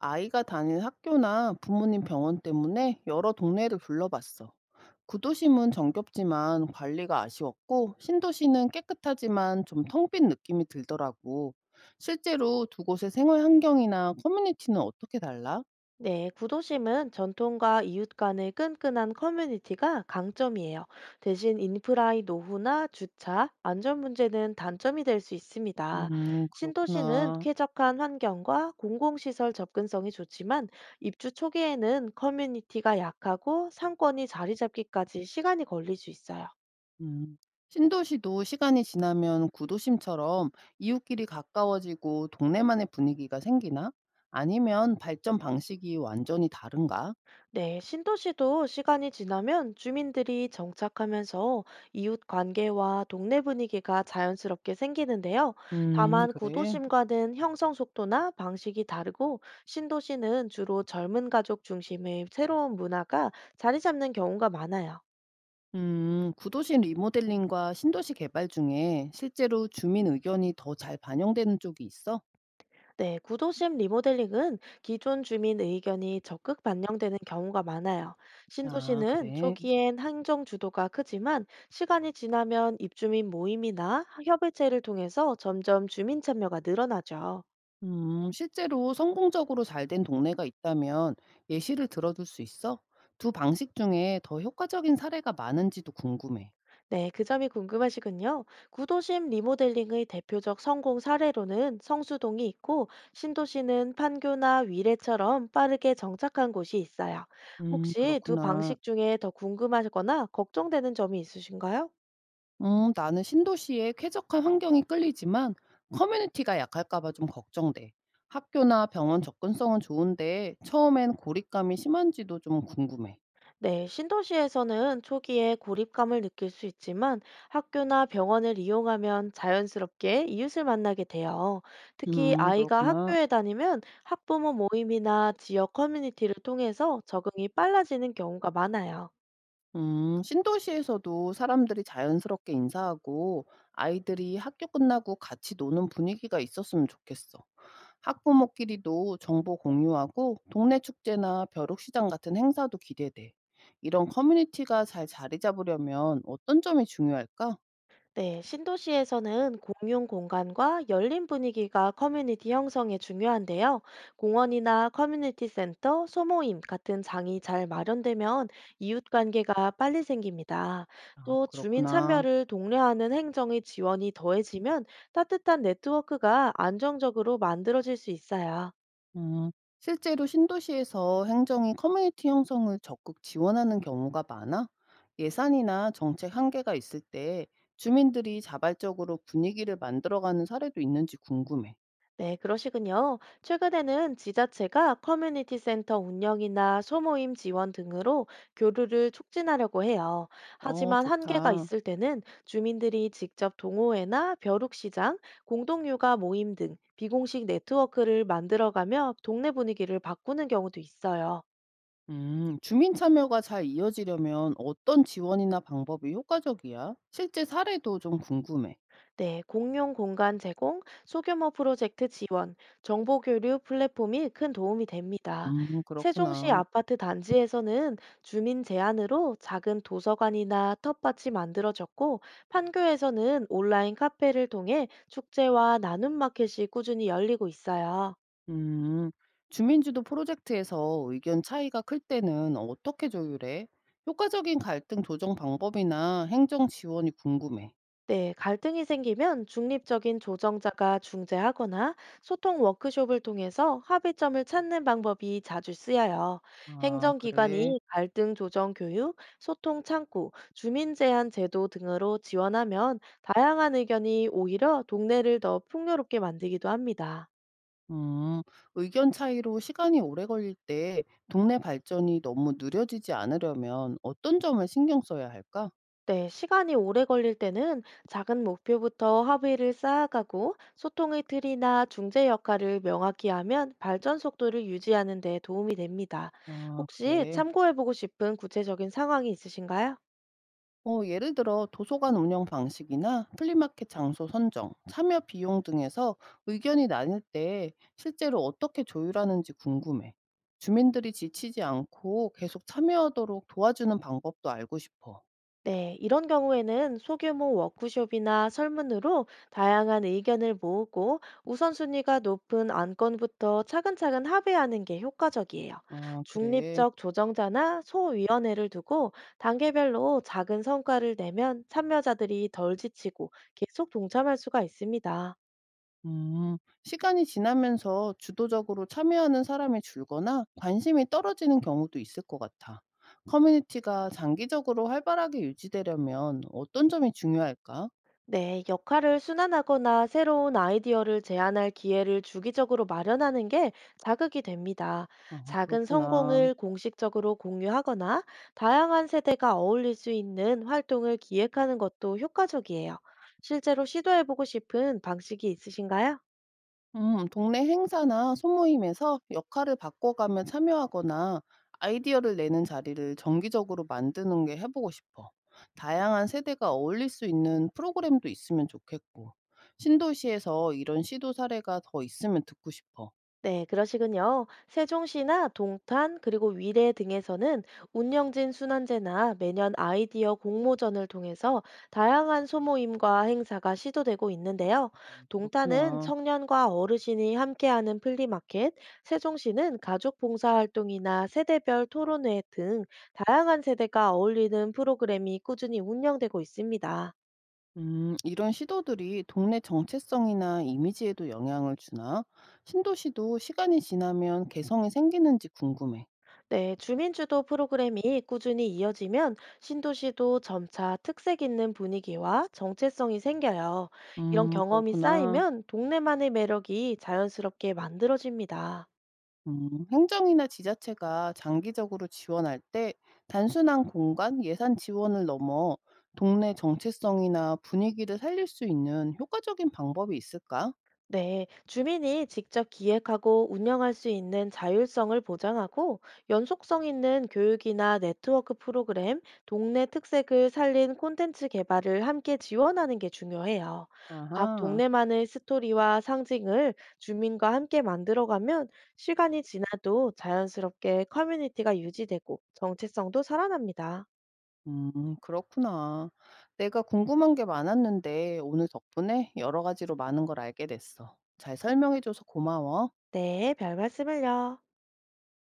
아이가 다니는 학교나 부모님 병원 때문에 여러 동네를 둘러봤어. 구도심은 정겹지만 관리가 아쉬웠고, 신도시는 깨끗하지만 좀 텅 빈 느낌이 들더라고. 실제로 두 곳의 생활 환경이나 커뮤니티는 어떻게 달라? 네, 구도심은 전통과 이웃 간의 끈끈한 커뮤니티가 강점이에요. 대신 인프라의 노후나 주차, 안전 문제는 단점이 될 수 있습니다. 신도시는 그렇구나. 쾌적한 환경과 공공시설 접근성이 좋지만 입주 초기에는 커뮤니티가 약하고 상권이 자리 잡기까지 시간이 걸릴 수 있어요. 음. 신도시도 시간이 지나면 구도심처럼 이웃끼리 가까워지고 동네만의 분위기가 생기나? 아니면 발전 방식이 완전히 다른가? 네, 신도시도 시간이 지나면 주민들이 정착하면서 이웃 관계와 동네 분위기가 자연스럽게 생기는데요. 다만 그래. 구도심과는 형성 속도나 방식이 다르고 신도시는 주로 젊은 가족 중심의 새로운 문화가 자리 잡는 경우가 많아요. 구도시 리모델링과 신도시 개발 중에 실제로 주민 의견이 더 잘 반영되는 쪽이 있어? 네, 구도심 리모델링은 기존 주민 의견이 적극 반영되는 경우가 많아요. 아, 신도시는 그래. 초기엔 행정 주도가 크지만 시간이 지나면 입주민 모임이나 협의체를 통해서 점점 주민 참여가 늘어나죠. 실제로 성공적으로 잘 된 동네가 있다면 예시를 들어줄 수 있어? 두 방식 중에 더 효과적인 사례가 많은지도 궁금해. 네, 그 점이 궁금하시군요. 구도심 리모델링의 대표적 성공 사례로는 성수동이 있고 신도시는 판교나 위례처럼 빠르게 정착한 곳이 있어요. 혹시 두 그렇구나. 방식 중에 더 궁금하거나 걱정되는 점이 있으신가요? 나는 신도시의 쾌적한 환경이 끌리지만 커뮤니티가 약할까봐 좀 걱정돼. 학교나 병원 접근성은 좋은데 처음엔 고립감이 심한지도 좀 궁금해. 네, 신도시에서는 초기에 고립감을 느낄 수 있지만 학교나 병원을 이용하면 자연스럽게 이웃을 만나게 돼요. 특히 아이가 그렇구나. 학교에 다니면 학부모 모임이나 지역 커뮤니티를 통해서 적응이 빨라지는 경우가 많아요. 신도시에서도 사람들이 자연스럽게 인사하고 아이들이 학교 끝나고 같이 노는 분위기가 있었으면 좋겠어. 학부모끼리도 정보 공유하고 동네 축제나 벼룩시장 같은 행사도 기대돼. 이런 커뮤니티가 잘 자리 잡으려면 어떤 점이 중요할까? 네, 신도시에서는 공용 공간과 열린 분위기가 커뮤니티 형성에 중요한데요. 공원이나 커뮤니티 센터, 소모임 같은 장이 잘 마련되면 이웃 관계가 빨리 생깁니다. 아, 또 주민 그렇구나. 참여를 독려하는 행정의 지원이 더해지면 따뜻한 네트워크가 안정적으로 만들어질 수 있어요. 음, 실제로 신도시에서 행정이 커뮤니티 형성을 적극 지원하는 경우가 많아 예산이나 정책 한계가 있을 때 주민들이 자발적으로 분위기를 만들어가는 사례도 있는지 궁금해. 네, 그러시군요. 최근에는 지자체가 커뮤니티 센터 운영이나 소모임 지원 등으로 교류를 촉진하려고 해요. 어, 하지만 한계가 좋다. 있을 때는 주민들이 직접 동호회나 벼룩시장, 공동육아 모임 등 비공식 네트워크를 만들어가며 동네 분위기를 바꾸는 경우도 있어요. 주민 참여가 잘 이어지려면 어떤 지원이나 방법이 효과적이야? 실제 사례도 좀 궁금해. 네, 공용 공간 제공, 소규모 프로젝트 지원, 정보 교류 플랫폼이 큰 도움이 됩니다. 세종시 그렇구나. 아파트 단지에서는 주민 제안으로 작은 도서관이나 텃밭이 만들어졌고, 판교에서는 온라인 카페를 통해 축제와 나눔 마켓이 꾸준히 열리고 있어요. 음, 주민주도 프로젝트에서 의견 차이가 클 때는 어떻게 조율해? 효과적인 갈등 조정 방법이나 행정 지원이 궁금해. 네, 갈등이 생기면 중립적인 조정자가 중재하거나 소통 워크숍을 통해서 합의점을 찾는 방법이 자주 쓰여요. 아, 그래. 행정기관이 갈등 조정 교육, 소통 창구, 주민 제한 제도 등으로 지원하면 다양한 의견이 오히려 동네를 더 풍요롭게 만들기도 합니다. 음, 의견 차이로 시간이 오래 걸릴 때 동네 발전이 너무 느려지지 않으려면 어떤 점을 신경 써야 할까? 네, 시간이 오래 걸릴 때는 작은 목표부터 합의를 쌓아가고 소통의 틀이나 중재 역할을 명확히 하면 발전 속도를 유지하는 데 도움이 됩니다. 아, 혹시 그래. 참고해보고 싶은 구체적인 상황이 있으신가요? 어, 예를 들어 도서관 운영 방식이나 플리마켓 장소 선정, 참여 비용 등에서 의견이 나뉠 때 실제로 어떻게 조율하는지 궁금해. 주민들이 지치지 않고 계속 참여하도록 도와주는 방법도 알고 싶어. 네, 이런 경우에는 소규모 워크숍이나 설문으로 다양한 의견을 모으고 우선순위가 높은 안건부터 차근차근 합의하는 게 효과적이에요. 아, 그래. 중립적 조정자나 소위원회를 두고 단계별로 작은 성과를 내면 참여자들이 덜 지치고 계속 동참할 수가 있습니다. 음, 시간이 지나면서 주도적으로 참여하는 사람이 줄거나 관심이 떨어지는 경우도 있을 것 같아. 커뮤니티가 장기적으로 활발하게 유지되려면 어떤 점이 중요할까? 네, 역할을 순환하거나 새로운 아이디어를 제안할 기회를 주기적으로 마련하는 게 자극이 됩니다. 아, 작은 그렇구나. 성공을 공식적으로 공유하거나 다양한 세대가 어울릴 수 있는 활동을 기획하는 것도 효과적이에요. 실제로 시도해보고 싶은 방식이 있으신가요? 동네 행사나 소모임에서 역할을 바꿔가며 참여하거나 아이디어를 내는 자리를 정기적으로 만드는 게 해보고 싶어. 다양한 세대가 어울릴 수 있는 프로그램도 있으면 좋겠고. 신도시에서 이런 시도 사례가 더 있으면 듣고 싶어. 네, 그러시군요. 세종시나 동탄 그리고 위례 등에서는 운영진 순환제나 매년 아이디어 공모전을 통해서 다양한 소모임과 행사가 시도되고 있는데요. 동탄은 그렇구나. 청년과 어르신이 함께하는 플리마켓, 세종시는 가족 봉사 활동이나 세대별 토론회 등 다양한 세대가 어울리는 프로그램이 꾸준히 운영되고 있습니다. 이런 시도들이 동네 정체성이나 이미지에도 영향을 주나? 신도시도 시간이 지나면 개성이 생기는지 궁금해. 네, 주민주도 프로그램이 꾸준히 이어지면 신도시도 점차 특색 있는 분위기와 정체성이 생겨요. 이런 경험이 그렇구나. 쌓이면 동네만의 매력이 자연스럽게 만들어집니다. 행정이나 지자체가 장기적으로 지원할 때 단순한 공간 예산 지원을 넘어 동네 정체성이나 분위기를 살릴 수 있는 효과적인 방법이 있을까? 네, 주민이 직접 기획하고 운영할 수 있는 자율성을 보장하고 연속성 있는 교육이나 네트워크 프로그램, 동네 특색을 살린 콘텐츠 개발을 함께 지원하는 게 중요해요. 각 아하, 동네만의 스토리와 상징을 주민과 함께 만들어가면 시간이 지나도 자연스럽게 커뮤니티가 유지되고 정체성도 살아납니다. 그렇구나. 내가 궁금한 게 많았는데 오늘 덕분에 여러 가지로 많은 걸 알게 됐어. 잘 설명해줘서 고마워. 네, 별 말씀을요.